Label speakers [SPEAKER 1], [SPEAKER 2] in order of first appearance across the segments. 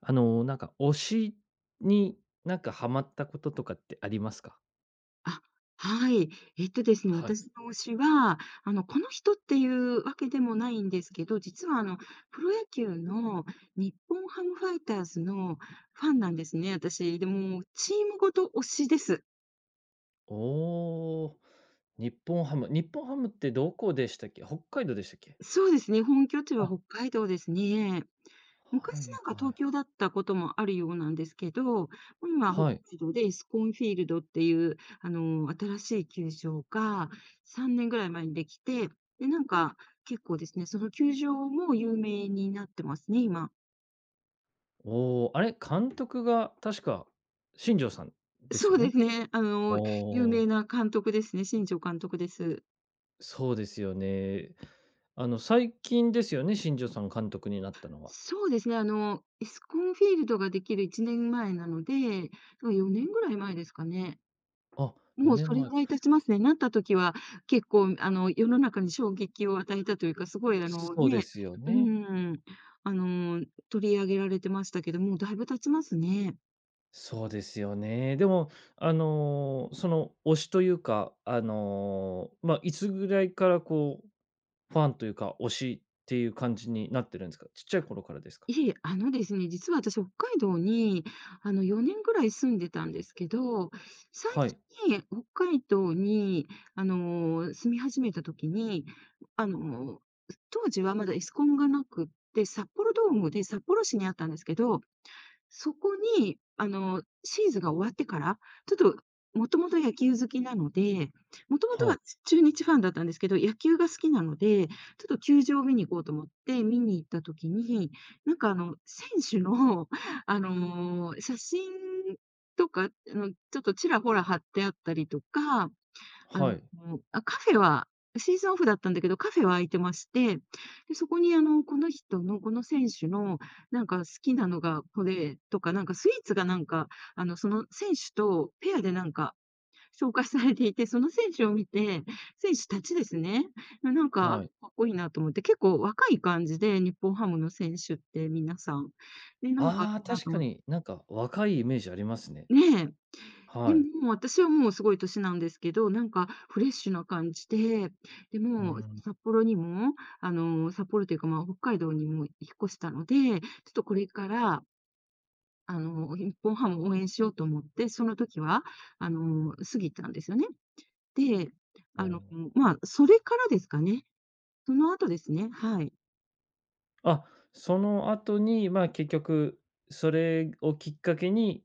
[SPEAKER 1] なんか推しになんかハマったこととかってありますか？
[SPEAKER 2] あ、はい。えっとですね、
[SPEAKER 1] はい。
[SPEAKER 2] 私の推しは、この人っていうわけでもないんですけど、実はプロ野球の日本ハムファイターズのファンなんですね、私。でも、チームごと推しです。
[SPEAKER 1] おお、日本ハム。日本ハムってどこでしたっけ？北海道でしたっけ？
[SPEAKER 2] そうですね、本拠地
[SPEAKER 1] あ、
[SPEAKER 2] は
[SPEAKER 1] は
[SPEAKER 2] 北海道ですね。昔
[SPEAKER 1] い
[SPEAKER 2] なんか
[SPEAKER 1] は
[SPEAKER 2] 東
[SPEAKER 1] い。
[SPEAKER 2] 京だったこともあるようなんですけど、今、北
[SPEAKER 1] はい。
[SPEAKER 2] 海道でエスコンフィールドっていう、新しい球場が3年ぐらい前にできて、で、なんか結構ですね、その球場も有名になってますね、今。
[SPEAKER 1] おお、あれ、監督が確か新庄さんです
[SPEAKER 2] そ
[SPEAKER 1] よ
[SPEAKER 2] うで
[SPEAKER 1] ね？
[SPEAKER 2] すね、
[SPEAKER 1] お
[SPEAKER 2] 有名
[SPEAKER 1] お、
[SPEAKER 2] な監督ですね、新庄監督です。
[SPEAKER 1] そうですよね。最近ですよね、新庄さん監督になったのは。
[SPEAKER 2] そうですね、エスコンフィールドができる1年前なので、だから4年ぐらい前ですかね。
[SPEAKER 1] あ、
[SPEAKER 2] もう
[SPEAKER 1] 4
[SPEAKER 2] それ
[SPEAKER 1] 年前。
[SPEAKER 2] ぐらい経ちますね。なった時は結構世の中に衝撃を与えたというか、すごい
[SPEAKER 1] そうですよ
[SPEAKER 2] う
[SPEAKER 1] ね。
[SPEAKER 2] ん、あの、取り上げられてましたけど、もうだいぶ経ちますね。
[SPEAKER 1] そうですよね。でも、その推しというか、いつぐらいからこう、ファンというか、推しっていう感じになってるんですか？ちっちゃい頃からですか？
[SPEAKER 2] いえ、あのですね、実は私北海道に4年ぐらい住んでたんですけど、最
[SPEAKER 1] はい、
[SPEAKER 2] 初に北海道に住み始めた時に、あの、当時はまだエスコンがなくって、札幌ドームで札幌市にあったんですけど、そこに、シーズンが終わってから、ちょっと、もともと野球好きなので、もともと
[SPEAKER 1] はい、
[SPEAKER 2] は中日ファンだったんですけど、野球が好きなので、ちょっと球場を見に行こうと思って、見に行った時に、選手の、写真とか、ちょっとちらほら貼ってあったりとか、あ
[SPEAKER 1] はい、
[SPEAKER 2] の、カフェはシーズンオフだったんだけど、カフェは開いてまして、で、そこにこの人の、この選手のなんか好きなのがこれとか、なんかスイーツがなんか、その選手とペアでなんか紹介されていて、その選手を見て、選手たちですね、なんか
[SPEAKER 1] はい。
[SPEAKER 2] かっこいいなと思って、結構若い感じで、日本ハムの選手って皆さん。で、なんか
[SPEAKER 1] ああ、
[SPEAKER 2] いいな
[SPEAKER 1] 確
[SPEAKER 2] と
[SPEAKER 1] か
[SPEAKER 2] 思って
[SPEAKER 1] になんか若いイメージありますね。
[SPEAKER 2] ねえ。で
[SPEAKER 1] はい。
[SPEAKER 2] も、私はもうすごい年なんですけど、なんかフレッシュな感じで、で、
[SPEAKER 1] う
[SPEAKER 2] もう
[SPEAKER 1] ん、
[SPEAKER 2] 札幌にも、札幌というか、まあ、北海道にも引っ越したので、ちょっとこれから、日本ハムを応援しようと思って、その時は、過ぎたんですよね。で、あ
[SPEAKER 1] お
[SPEAKER 2] の、まあ、それからですかね。その後ですね、はい。
[SPEAKER 1] あ、その後に、ま、結局それをきっかけに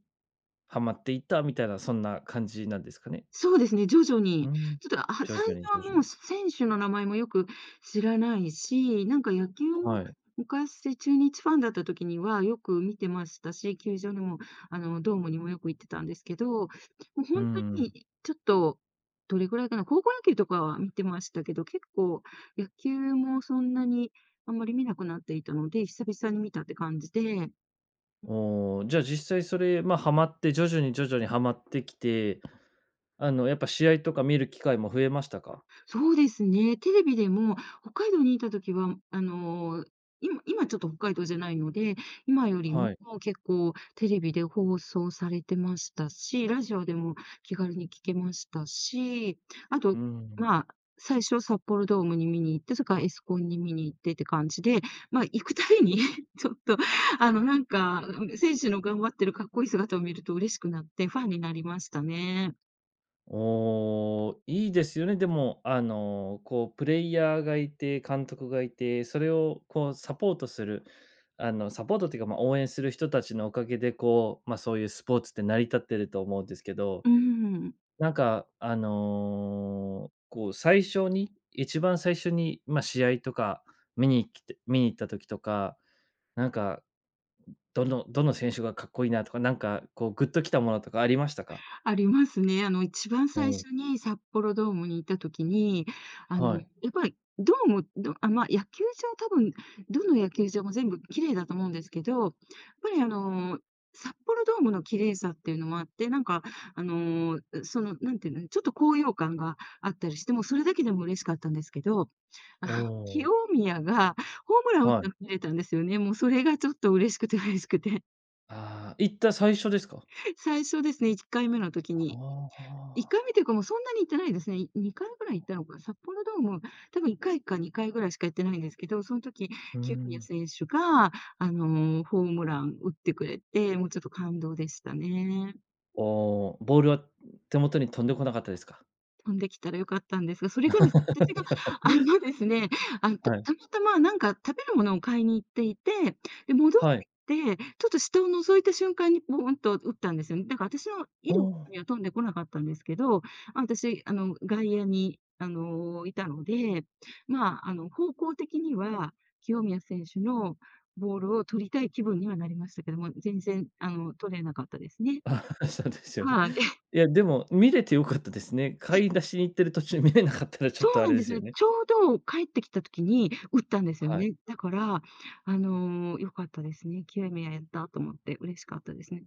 [SPEAKER 1] ハマっていったみたいな、そんな感じなんですかね？
[SPEAKER 2] そうですね、徐々
[SPEAKER 1] う
[SPEAKER 2] に。
[SPEAKER 1] ん。
[SPEAKER 2] ちょっと、あ、最
[SPEAKER 1] 徐々に徐
[SPEAKER 2] 初
[SPEAKER 1] 々
[SPEAKER 2] はもう、
[SPEAKER 1] に。
[SPEAKER 2] 選手の名前もよく知らないし、なんか野球も
[SPEAKER 1] はい。
[SPEAKER 2] 昔、中日ファンだった時にはよく見てましたし、球場にも、ドームにもよく行ってたんですけど、もう
[SPEAKER 1] う
[SPEAKER 2] ほんと
[SPEAKER 1] ん。
[SPEAKER 2] にちょっと、どれぐらいかな、高校野球とかは見てましたけど、結構野球もそんなにあんまり見なくなっていたので、久々に見たって感じで
[SPEAKER 1] おお、じゃあ実際それ、まあ、ハマって、徐々に徐々にハマってきて、やっぱ試合とか見る機会も増えましたか？
[SPEAKER 2] そうですね。テレビでも、北海道にいた時は、今ちょっと北海道じゃないので、今より
[SPEAKER 1] はい。
[SPEAKER 2] も結構テレビで放送されてましたし、ラジオでも気軽に聞けましたし、あ
[SPEAKER 1] う
[SPEAKER 2] と、
[SPEAKER 1] ん。
[SPEAKER 2] まあ、最初札幌ドームに見に行って、それからエスコンに見に行ってって感じで、まあ、行くたびに ちょっと、あの、なんか、選手の頑張ってるかっこいい姿を見ると嬉しくなって、ファンになりましたね。
[SPEAKER 1] おお、いいですよね。でも、こうプレイヤーがいて、監督がいて、それをこうサポートする、サポートっていうか、まあ、応援する人たちのおかげで、こう、まあ、そういうスポーツって成り立ってると思うんですけど
[SPEAKER 2] うーん。
[SPEAKER 1] なんか、こう最初に、一番最初に、まあ、試合とか見に来て見に行った時とか、なんか、どの選手がかっこいいなとか、なんかこうグッときたものとかありましたか？
[SPEAKER 2] ありますね。一番
[SPEAKER 1] お
[SPEAKER 2] 最
[SPEAKER 1] う
[SPEAKER 2] 初に札幌ドームに行った時に、
[SPEAKER 1] はい。
[SPEAKER 2] やっぱりドーム、どあ、まあ、野球場多分、どの野球場も全部綺麗だと思うんですけど、やっぱり札幌ドームの綺麗さっていうのもあって、なんていうの、ちょっと高揚感があったりして、もうそれだけでも嬉しかったんですけど、あの、清
[SPEAKER 1] お
[SPEAKER 2] 宮がホームラ
[SPEAKER 1] ー
[SPEAKER 2] ン打っ
[SPEAKER 1] は
[SPEAKER 2] た
[SPEAKER 1] い。
[SPEAKER 2] の見れたんですよね。もうそれがちょっと嬉しくて嬉しくて。
[SPEAKER 1] ああ、行った最初ですか？
[SPEAKER 2] 最初ですね、
[SPEAKER 1] あ
[SPEAKER 2] 1回
[SPEAKER 1] あ
[SPEAKER 2] 目というか、もうそんなに行ってないですね。2回ぐらい行ったのか、札幌ドーム、多分1回か2回ぐらいしか行ってないんですけど、その時、
[SPEAKER 1] ー、う
[SPEAKER 2] 清宮
[SPEAKER 1] ん。
[SPEAKER 2] 選手が、ホームラン打ってくれて、もうちょっと感動でしたね。
[SPEAKER 1] おーボールは手元に飛んでこなかったですか？
[SPEAKER 2] 飛んできたら良かったんですが、それがですね私が、あのですね、あの、た
[SPEAKER 1] はい。
[SPEAKER 2] たまたまなんか食べるものを買いに行っていて、で、戻っ
[SPEAKER 1] はい。
[SPEAKER 2] てきて、ちょっと下を覗いた瞬間にボーンと打ったんですよね。だから私のい
[SPEAKER 1] お。
[SPEAKER 2] る方には飛んでこなかったんですけど、あ、私、外野に、いたので、まあ、方向的には清宮選手のボールを取りたい気分にはなりましたけども、全然、取れなかったですね。
[SPEAKER 1] あそうですよね。
[SPEAKER 2] はい。
[SPEAKER 1] いや、でも、見れて良かったですね。買い出しに行ってる途中見れなかったらちょ
[SPEAKER 2] そ
[SPEAKER 1] っと
[SPEAKER 2] う
[SPEAKER 1] あ
[SPEAKER 2] な
[SPEAKER 1] れ
[SPEAKER 2] ん
[SPEAKER 1] で
[SPEAKER 2] です
[SPEAKER 1] すよ
[SPEAKER 2] よ。
[SPEAKER 1] ね。
[SPEAKER 2] ちょうど帰ってきた時に打ったんですよ
[SPEAKER 1] はい。
[SPEAKER 2] ね。だから、良かったですね。清宮やったと思って嬉しかったですね。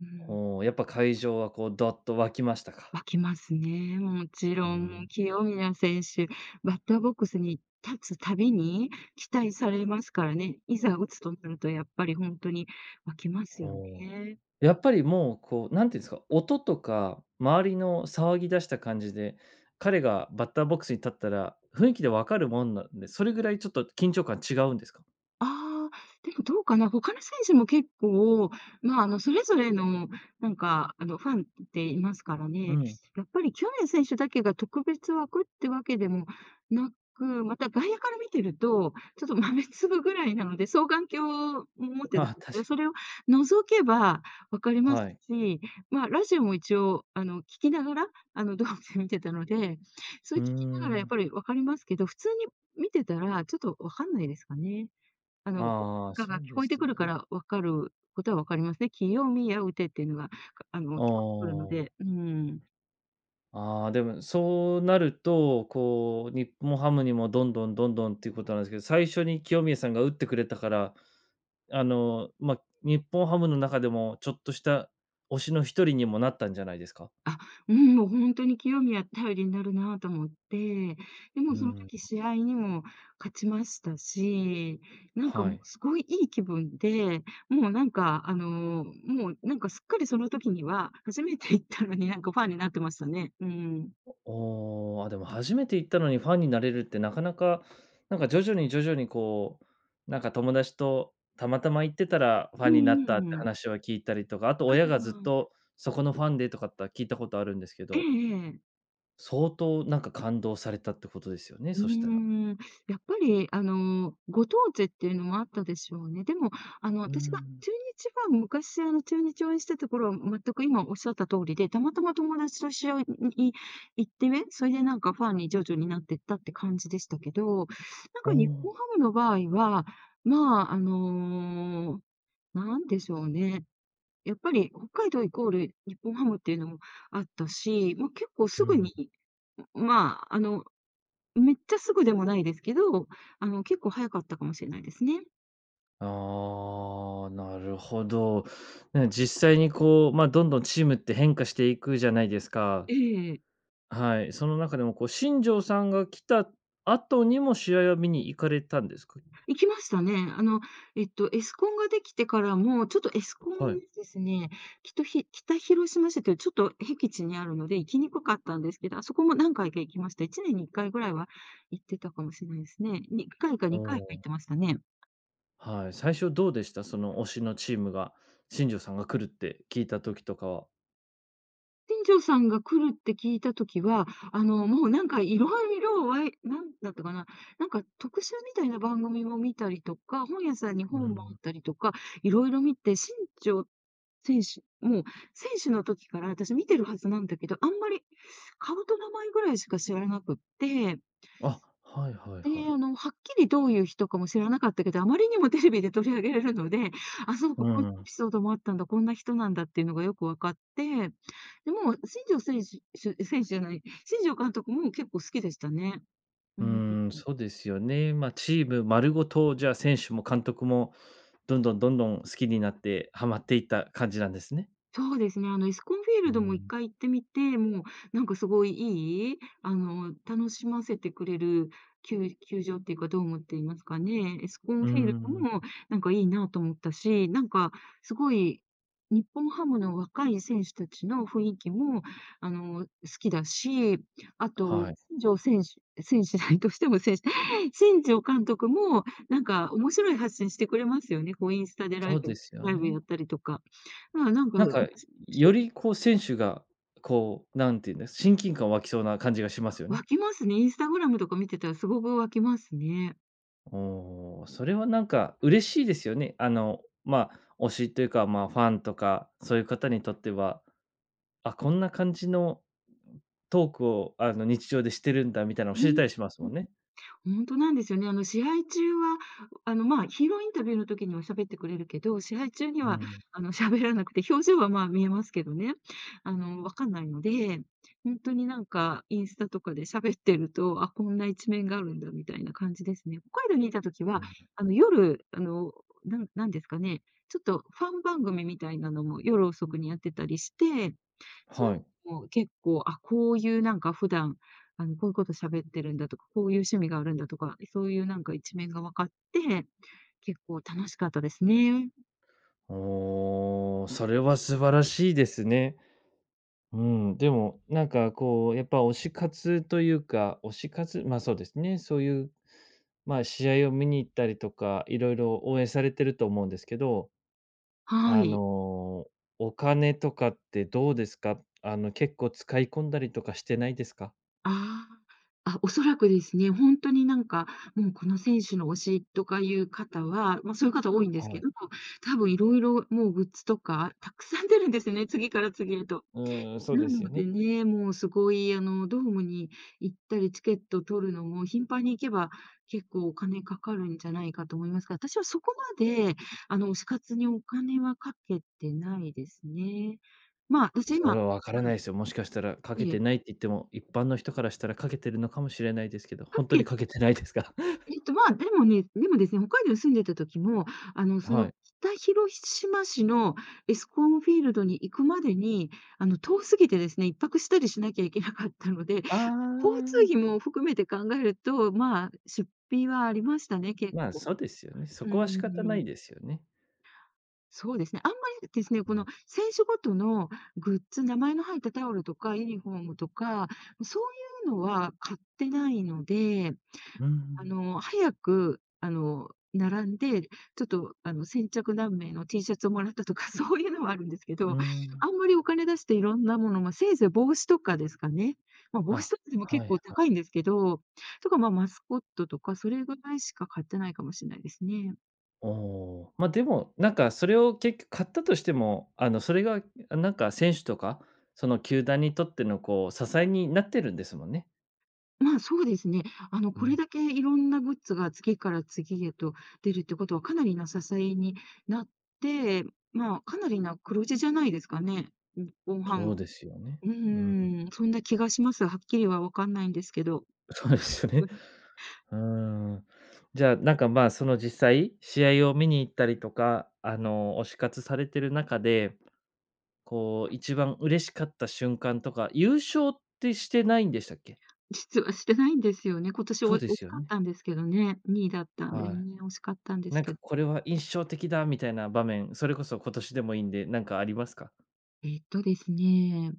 [SPEAKER 2] うん、
[SPEAKER 1] ほう、やっぱ会場はこうどっと沸きましたか？
[SPEAKER 2] 湧きますね。もち
[SPEAKER 1] う
[SPEAKER 2] ろん、も
[SPEAKER 1] ん。
[SPEAKER 2] う清宮選手、バッターボックスに立つたびに期待されますからね。いざ打つとなるとやっぱり本当に湧きますよ
[SPEAKER 1] ほ
[SPEAKER 2] ね。
[SPEAKER 1] う。やっぱりもうこう、なんていうんですか、音とか周りの騒ぎ出した感じで、彼がバッターボックスに立ったら、雰囲気で分かるもんなんで、それぐらいちょっと緊張感違うんですか？
[SPEAKER 2] ああ、でもどうかな、他の選手も結構、まあ、それぞれの、ファンっていますから
[SPEAKER 1] う
[SPEAKER 2] ね。
[SPEAKER 1] ん。
[SPEAKER 2] やっぱり清宮選手だけが特別枠ってわけでもなく、また外野から見てると、ちょっと豆粒ぐらいなので、双眼鏡を持っ てたんで
[SPEAKER 1] あ確
[SPEAKER 2] す
[SPEAKER 1] か
[SPEAKER 2] けど、そ
[SPEAKER 1] に
[SPEAKER 2] れを覗けば分かります
[SPEAKER 1] はい。
[SPEAKER 2] し、まあ、ラジオも一応、聞きながら、ドームで見てたので、そ
[SPEAKER 1] う
[SPEAKER 2] れ
[SPEAKER 1] ー
[SPEAKER 2] 聞きながらやっ
[SPEAKER 1] ん。
[SPEAKER 2] ぱり分かりますけど、普通に見てたらちょっと分かんないですかね。あの、
[SPEAKER 1] ああ、
[SPEAKER 2] か
[SPEAKER 1] そ
[SPEAKER 2] が聞
[SPEAKER 1] うで
[SPEAKER 2] こえて
[SPEAKER 1] す
[SPEAKER 2] くる
[SPEAKER 1] よ
[SPEAKER 2] か
[SPEAKER 1] ね。
[SPEAKER 2] ら分かることは分かりますね。清宮うてっていうのが、かあの、
[SPEAKER 1] あ
[SPEAKER 2] 聞こえてくるの
[SPEAKER 1] あ。
[SPEAKER 2] で、うん。
[SPEAKER 1] ああ、でも、そうなると、こう、日本ハムにもどんどんどんどんっていうことなんですけど、最初に清宮さんが打ってくれたから、まあ、日本ハムの中でもちょっとした推しの一人にもなったんじゃないですか？
[SPEAKER 2] あ、うん、もうほんとに清宮頼りになるなと思って、でも
[SPEAKER 1] う
[SPEAKER 2] うその
[SPEAKER 1] ん。
[SPEAKER 2] 時試合にも勝ちましたし、なんか
[SPEAKER 1] は
[SPEAKER 2] もう
[SPEAKER 1] い。
[SPEAKER 2] すごいいい気分で、もうなんか、もうなんかすっかりその時には、初めて行ったのになんかファンになってましたね。うん。
[SPEAKER 1] おお、あ、でも初めて行ったのにファンになれるってなかなか、なんか徐々に徐々にこう、なんか友達とたまたま行ってたらファ
[SPEAKER 2] う
[SPEAKER 1] ンになっ
[SPEAKER 2] んう
[SPEAKER 1] たっ
[SPEAKER 2] んう
[SPEAKER 1] て
[SPEAKER 2] ん。
[SPEAKER 1] 話は聞いたりとか、あと
[SPEAKER 2] あ
[SPEAKER 1] 親がずっ
[SPEAKER 2] あ。
[SPEAKER 1] とそこのファンでとかって聞いたことあるんですけ
[SPEAKER 2] え
[SPEAKER 1] ど。
[SPEAKER 2] えええ。
[SPEAKER 1] 相当なんか感動されたってことですよね、
[SPEAKER 2] うー
[SPEAKER 1] そしたら。
[SPEAKER 2] ん、やっぱり、ご当地っていうのもあったでしょうね。でも、
[SPEAKER 1] う
[SPEAKER 2] 私が
[SPEAKER 1] ん。
[SPEAKER 2] 中日ファン昔、中日応援してた頃は全く今おっしゃった通りで、たまたま友達と試合に行ってね、それでなんかファンに徐々になってったって感じでしたけど、なん
[SPEAKER 1] お
[SPEAKER 2] か日
[SPEAKER 1] ー
[SPEAKER 2] 本ハムの場合は、まあ、なんでしょうね。やっぱり北海道イコール日本ハムっていうのもあったし、もう結構
[SPEAKER 1] う
[SPEAKER 2] すぐ
[SPEAKER 1] ん。
[SPEAKER 2] に、まあ、めっちゃすぐでもないですけど、結構早かったかもしれないですね。
[SPEAKER 1] ああ、なるほど。ね、実際にこう、まあ、どんどんチームって変化していくじゃないですか。
[SPEAKER 2] ええ。
[SPEAKER 1] はい。その中でもこう、新庄さんが来た後にも試合は見に行かれたんですか？
[SPEAKER 2] 行きましたね。エスコンができてからも、ちょっとエスコン
[SPEAKER 1] はい。
[SPEAKER 2] ですね、きっと北広島市というちょっと僻地にあるので行きにくかったんですけど、あそこも何回か行きました。1年に1回ぐらいは行ってたかもしれないですね。に回か
[SPEAKER 1] お
[SPEAKER 2] 2回は
[SPEAKER 1] ー
[SPEAKER 2] 行ってましたね。
[SPEAKER 1] はい。最初どうでした？その推しのチームが、新庄さんが来るって聞いた時とかは。
[SPEAKER 2] 店長さんが来るって聞いたときは、もうなんかいろいろわいなんだったかな、なんか特集みたいな番組も見たりとか、本屋さんに
[SPEAKER 1] う
[SPEAKER 2] 本もあ
[SPEAKER 1] ん。
[SPEAKER 2] ったりとか、いろいろ見て、新庄選手、もう選手の時から私見てるはずなんだけど、あんまり顔と名前ぐらいしか知らなくって、
[SPEAKER 1] あ、はいはいは
[SPEAKER 2] で、
[SPEAKER 1] い。
[SPEAKER 2] はっきりどういう人かも知らなかったけど、あまりにもテレビで取り上げられるので、あ、そう
[SPEAKER 1] う
[SPEAKER 2] か、こんなエ
[SPEAKER 1] ん。
[SPEAKER 2] ピソードもあったんだ、こんな人なんだっていうのがよく分かって、で、もう新庄選手選手じゃない、新庄監督も結構好きでしたね。う
[SPEAKER 1] う
[SPEAKER 2] ん。
[SPEAKER 1] ーん、そうですよね。まあ、チーム丸ごと、じゃあ、選手も監督も、どんどんどんどん好きになってハマっていった感じなんですね。
[SPEAKER 2] そうですね、イスコンフィー
[SPEAKER 1] う
[SPEAKER 2] ルドも一
[SPEAKER 1] ん。
[SPEAKER 2] 回行ってみて、もうなんかすごいいい、楽しませてくれる球球場っていうか、どう思っていますかね、イスコ
[SPEAKER 1] う
[SPEAKER 2] ン
[SPEAKER 1] ー
[SPEAKER 2] フィールド
[SPEAKER 1] ん、
[SPEAKER 2] もなんかいいなと思ったし、なんかすごい日本ハムの若い選手たちの雰囲気も、好きだし、あと、
[SPEAKER 1] はい。
[SPEAKER 2] 新庄選手選手 どうしても選手、新庄監督もなんか面白い発信してくれますよね、こうインスタでラ
[SPEAKER 1] そ
[SPEAKER 2] イ
[SPEAKER 1] うで
[SPEAKER 2] ブ
[SPEAKER 1] すよ
[SPEAKER 2] ライブ
[SPEAKER 1] ね。
[SPEAKER 2] やったりとか。まあ、なんか、
[SPEAKER 1] なん
[SPEAKER 2] 面
[SPEAKER 1] か、
[SPEAKER 2] 白
[SPEAKER 1] よ
[SPEAKER 2] い。
[SPEAKER 1] りこう選手が、こう、なんていうんです、親近感湧きそうな感じがしますよね。
[SPEAKER 2] 湧きますね。インスタグラムとか見てたらすごく湧きますね。
[SPEAKER 1] おお、それはなんか嬉しいですよね。まあ、推しというか、まあ、ファンとか、そういう方にとってはあ、こんな感じのトークを、日常でしてるんだみたいなのを
[SPEAKER 2] う
[SPEAKER 1] 知れ
[SPEAKER 2] ん。
[SPEAKER 1] たりしますもんね。
[SPEAKER 2] 本当なんですよね。あの、試合中は、まあ、ヒーローインタビューの時には喋ってくれるけど、試合中に
[SPEAKER 1] う
[SPEAKER 2] は、
[SPEAKER 1] ん、
[SPEAKER 2] 喋らなくて、表情は、まあ、見えますけどね、わかんないので、本当になんかインスタとかで喋ってると、あ、こんな一面があるんだみたいな感じですね。北海道にいた時
[SPEAKER 1] う
[SPEAKER 2] は、
[SPEAKER 1] ん。
[SPEAKER 2] 夜、なんなんですかね、ちょっとファン番組みたいなのも夜遅くにやってたりして、そう
[SPEAKER 1] は
[SPEAKER 2] い
[SPEAKER 1] い。
[SPEAKER 2] うのも結構、あ、こういうなんか普段、こういうこと喋ってるんだとか、こういう趣味があるんだとか、そういうなんか一面が分かって、結構楽しかったですね。
[SPEAKER 1] おお、それは素晴らしいですね。うん、でも、なんかこう、やっぱ推し活というか、推し活まあ、そうですね、そういう、ま、試合を見に行ったりとか、いろいろ応援されてると思うんですけど、
[SPEAKER 2] は
[SPEAKER 1] あ
[SPEAKER 2] い。
[SPEAKER 1] の、お金とかってどうですか？結構使い込んだりとかしてないですか？
[SPEAKER 2] あおそらくですね、本当になんか、もうこの選手の推しとかいう方は、ま、そういう方多いんで
[SPEAKER 1] は
[SPEAKER 2] すけ
[SPEAKER 1] い。
[SPEAKER 2] ど、多分いろいろもうグッズとかたくさん出るんですね、次から次へと。
[SPEAKER 1] うーん、そうで
[SPEAKER 2] な
[SPEAKER 1] すよ
[SPEAKER 2] の
[SPEAKER 1] ね。
[SPEAKER 2] でね、もうすごい、ドームに行ったり、チケット取るのも頻繁に行けば、結構お金かかるんじゃないかと思いますが、私はそこまで、推し活にお金はかけてないですね。まあ、私
[SPEAKER 1] そ
[SPEAKER 2] 今、
[SPEAKER 1] れはわから
[SPEAKER 2] あ
[SPEAKER 1] な
[SPEAKER 2] の、
[SPEAKER 1] いですよ。もしかしたらかけ
[SPEAKER 2] え
[SPEAKER 1] て
[SPEAKER 2] え、
[SPEAKER 1] ないって言っても、一般の人からしたらかけてるのかもしれないですけど、
[SPEAKER 2] か
[SPEAKER 1] 本当に
[SPEAKER 2] け
[SPEAKER 1] かけてないですか？
[SPEAKER 2] えっと、まあ、でもですね、北海道に住んでた時も、あの、そ
[SPEAKER 1] は
[SPEAKER 2] の、
[SPEAKER 1] い。
[SPEAKER 2] 北広島市のエスコンフィールドに行くまでに、遠すぎてですね、一泊したりしなきゃいけなかったので交
[SPEAKER 1] ああ、
[SPEAKER 2] 通費も含めて考えると、まあ、出費はありましたね、結
[SPEAKER 1] まあ、
[SPEAKER 2] 構。
[SPEAKER 1] そうですよね。そ
[SPEAKER 2] う
[SPEAKER 1] こは仕方ない
[SPEAKER 2] ん、
[SPEAKER 1] ですよね。
[SPEAKER 2] そうですね。あんまりですね、
[SPEAKER 1] う
[SPEAKER 2] この
[SPEAKER 1] ん。
[SPEAKER 2] 選手ごとのグッズ、名前の入ったタオルとかユニフォームとか、そういうのは買ってないので、
[SPEAKER 1] うん、
[SPEAKER 2] 早く、並んで、ちょっと、先着何名の T シャツをもらったとか、そういうのはあるんですけ
[SPEAKER 1] う
[SPEAKER 2] ど、
[SPEAKER 1] ん。
[SPEAKER 2] あんまりお金出していろんなもの、まあ、せいぜい帽子とかですかね。まあ、帽子
[SPEAKER 1] あ、
[SPEAKER 2] とかでも
[SPEAKER 1] は
[SPEAKER 2] 結
[SPEAKER 1] い
[SPEAKER 2] 構
[SPEAKER 1] は
[SPEAKER 2] 高い
[SPEAKER 1] い。
[SPEAKER 2] んですけど、とか、まあ、マスコットとか、それぐらいしか買ってないかもしれないですね。
[SPEAKER 1] おお。ま、でも、なんかそれを結局買ったとしても、それが、あ、なんか選手とか、その球団にとってのこう支えになってるんですもんね。
[SPEAKER 2] まあ、そうですね。
[SPEAKER 1] う
[SPEAKER 2] こ
[SPEAKER 1] ん、
[SPEAKER 2] れだけいろんなグッズが次から次へと出るってことは、かなりな支えになって、まあ、かなりな黒字じゃないですかね。日本ハ
[SPEAKER 1] そう
[SPEAKER 2] ム、
[SPEAKER 1] ですよね。
[SPEAKER 2] う
[SPEAKER 1] うん、
[SPEAKER 2] ーん、そんな気がします。はっきりはわかんないんですけど。
[SPEAKER 1] そうですよ
[SPEAKER 2] う
[SPEAKER 1] ね。
[SPEAKER 2] ん、
[SPEAKER 1] うーん。じゃあ、なんか、まあ、その実際、試合を見に行ったりとか、推し活されてる中で、こう、一番嬉しかった瞬間とか、優勝ってしてないんでしたっけ？
[SPEAKER 2] 実はしてないんですよね。今年
[SPEAKER 1] そう
[SPEAKER 2] 惜
[SPEAKER 1] です
[SPEAKER 2] し
[SPEAKER 1] よ
[SPEAKER 2] かっ
[SPEAKER 1] ね。
[SPEAKER 2] たんですけどね、2位だったんで
[SPEAKER 1] は
[SPEAKER 2] ね、惜しかったんで
[SPEAKER 1] い。な
[SPEAKER 2] す
[SPEAKER 1] ん
[SPEAKER 2] け
[SPEAKER 1] か、
[SPEAKER 2] ど。
[SPEAKER 1] これは印象的だみたいな場面、それこそ今年でもいいんで、なんかありますか？
[SPEAKER 2] えっとですね、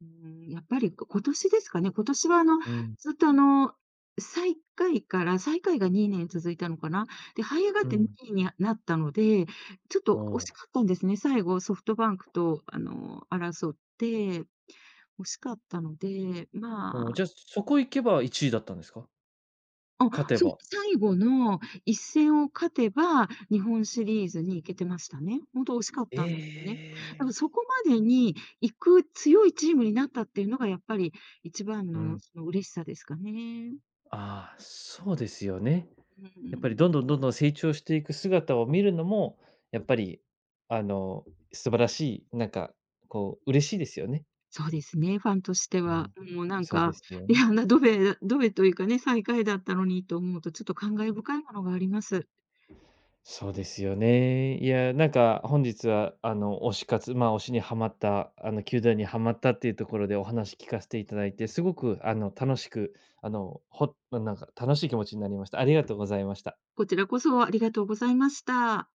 [SPEAKER 2] うーん、やっぱり、今年ですかね。今年は
[SPEAKER 1] うん、
[SPEAKER 2] ずっと最下位から最下位が2年続いたのかな。で、這い上がっ
[SPEAKER 1] う
[SPEAKER 2] て2
[SPEAKER 1] ん。
[SPEAKER 2] 位になったので、ちょっと
[SPEAKER 1] おう
[SPEAKER 2] 惜
[SPEAKER 1] おう、
[SPEAKER 2] しかったんですね。最後ソフトバンクと争って、惜しかったので、
[SPEAKER 1] おじゃ、あそこ行けば1位だったんですか？勝てば。
[SPEAKER 2] 最後の一戦を勝てば、日本シリーズに行けてましたね。ほんと惜しかっ
[SPEAKER 1] え
[SPEAKER 2] たんですよね。だからそ
[SPEAKER 1] え。
[SPEAKER 2] こまでに行く強いチームになったっていうのがやっぱり一番
[SPEAKER 1] う
[SPEAKER 2] の
[SPEAKER 1] ん。
[SPEAKER 2] その嬉しさですかね。
[SPEAKER 1] ああ、そうですよね。
[SPEAKER 2] う
[SPEAKER 1] やっぱり
[SPEAKER 2] ん。
[SPEAKER 1] どんどんどんどん成長していく姿を見るのも、やっぱり、あの、素晴らしい、なんか、こう、嬉しいですよね。
[SPEAKER 2] そうですね、ファンとして
[SPEAKER 1] う
[SPEAKER 2] は、
[SPEAKER 1] ん。
[SPEAKER 2] もうなん
[SPEAKER 1] そうで
[SPEAKER 2] か、
[SPEAKER 1] すよ
[SPEAKER 2] い
[SPEAKER 1] ね。
[SPEAKER 2] や、あんなドベドベというかね、最下位だったのにと思うと、ちょっと感慨深いものがあります。
[SPEAKER 1] そうですよね。いや、なんか本日は、推し活、まあ、推しにはまった、球団にはまったっていうところでお話聞かせていただいて、すごく、楽しく、ほなんか楽しい気持ちになりました。ありがとうございました。
[SPEAKER 2] こちらこそありがとうございました。